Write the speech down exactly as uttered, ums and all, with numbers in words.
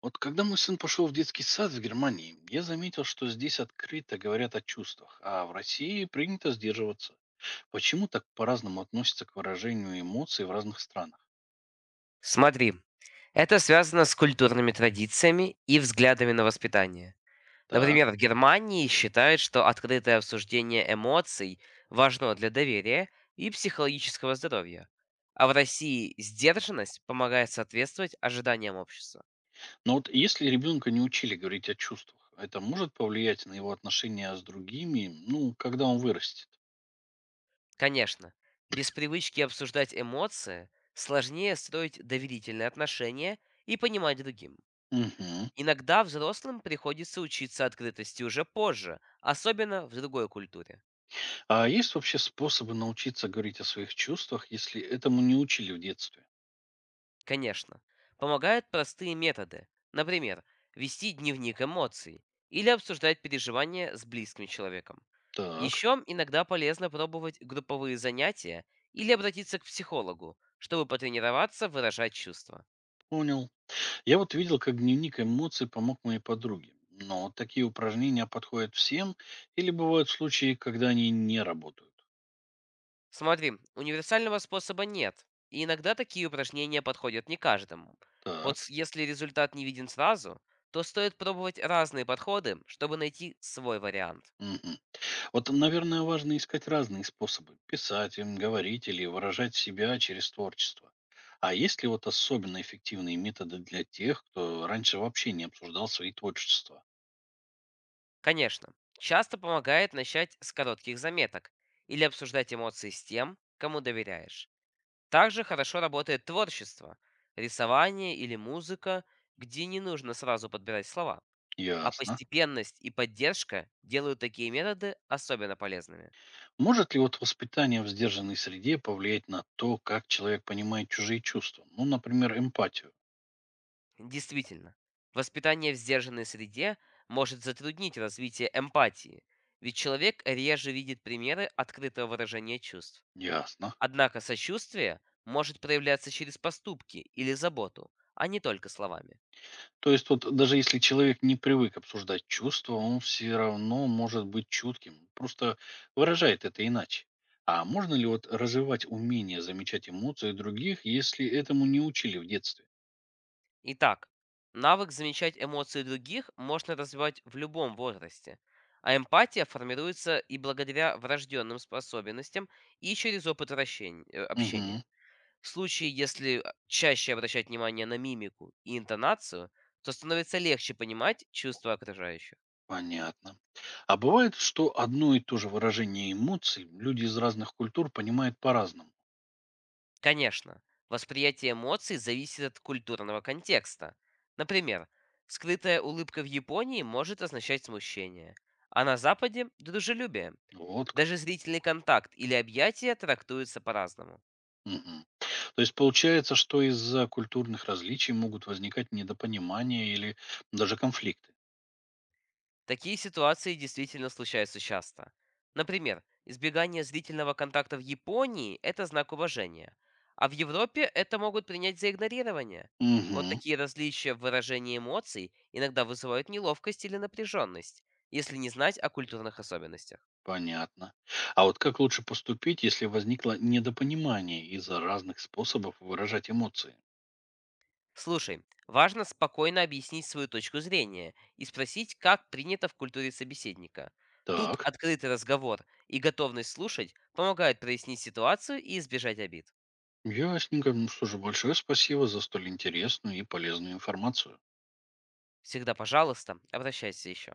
Вот когда мой сын пошел в детский сад в Германии, я заметил, что здесь открыто говорят о чувствах, а в России принято сдерживаться. Почему так по-разному относятся к выражению эмоций в разных странах? Смотри, это связано с культурными традициями и взглядами на воспитание. Так. Например, в Германии считают, что открытое обсуждение эмоций важно для доверия и психологического здоровья. А в России сдержанность помогает соответствовать ожиданиям общества. Но вот если ребенка не учили говорить о чувствах, это может повлиять на его отношения с другими, ну, когда он вырастет? Конечно, без привычки обсуждать эмоции сложнее строить доверительные отношения и понимать другим. Мгм. Иногда взрослым приходится учиться открытости уже позже, особенно в другой культуре. А есть вообще способы научиться говорить о своих чувствах, если этому не учили в детстве? Конечно. Помогают простые методы. Например, вести дневник эмоций или обсуждать переживания с близким человеком. Так. Еще иногда полезно пробовать групповые занятия или обратиться к психологу, чтобы потренироваться выражать чувства. Понял. Я вот видел, как дневник эмоций помог моей подруге. Но вот такие упражнения подходят всем или бывают случаи, когда они не работают? Смотри, универсального способа нет, и иногда такие упражнения подходят не каждому. Вот Так. с- если результат не виден сразу, то стоит пробовать разные подходы, чтобы найти свой вариант. Мгм. Вот, наверное, важно искать разные способы. Писать, им, говорить или выражать себя через творчество. А есть ли вот особенно эффективные методы для тех, кто раньше вообще не обсуждал свои творчества? Конечно, часто помогает начать с коротких заметок или обсуждать эмоции с тем, кому доверяешь. Также хорошо работает творчество, рисование или музыка, где не нужно сразу подбирать слова. А Ясно. постепенность и поддержка делают такие методы особенно полезными. Может ли вот воспитание в сдержанной среде повлиять на то, как человек понимает чужие чувства? Ну, например, эмпатию. Действительно, воспитание в сдержанной среде может затруднить развитие эмпатии, ведь человек реже видит примеры открытого выражения чувств. Ясно. Однако сочувствие может проявляться через поступки или заботу, а не только словами. То есть вот даже если человек не привык обсуждать чувства, он все равно может быть чутким, просто выражает это иначе. А можно ли вот развивать умение замечать эмоции других, если этому не учили в детстве? Итак, навык замечать эмоции других можно развивать в любом возрасте, а эмпатия формируется и благодаря врожденным способностям, и через опыт вращень- э, общения. Угу, В случае, если а, чаще обращать внимание на мимику и интонацию, то становится легче понимать чувства окружающих. понятно. А бывает, что одно и то же выражение эмоций люди из разных культур понимают по-разному. Конечно, восприятие эмоций зависит от культурного контекста. Например, скрытая улыбка в Японии может означать смущение, а на Западе – дружелюбие. Вот как. Даже зрительный контакт или объятия трактуются по-разному. Мгм. То есть получается, что из-за культурных различий могут возникать недопонимания или даже конфликты. Такие ситуации действительно случаются часто. Например, избегание зрительного контакта в Японии – это знак уважения, а в Европе это могут принять за игнорирование. Вот Угу. такие различия в выражении эмоций иногда вызывают неловкость или напряженность, если не знать о культурных особенностях. Понятно. А вот как лучше поступить, если возникло недопонимание из-за разных способов выражать эмоции? Слушай, важно спокойно объяснить свою точку зрения и спросить, как принято в культуре собеседника. Тут Так, открытый разговор и готовность слушать помогают прояснить ситуацию и избежать обид. ясненько. Ну что же, большое спасибо за столь интересную и полезную информацию. Всегда, пожалуйста, обращайся еще.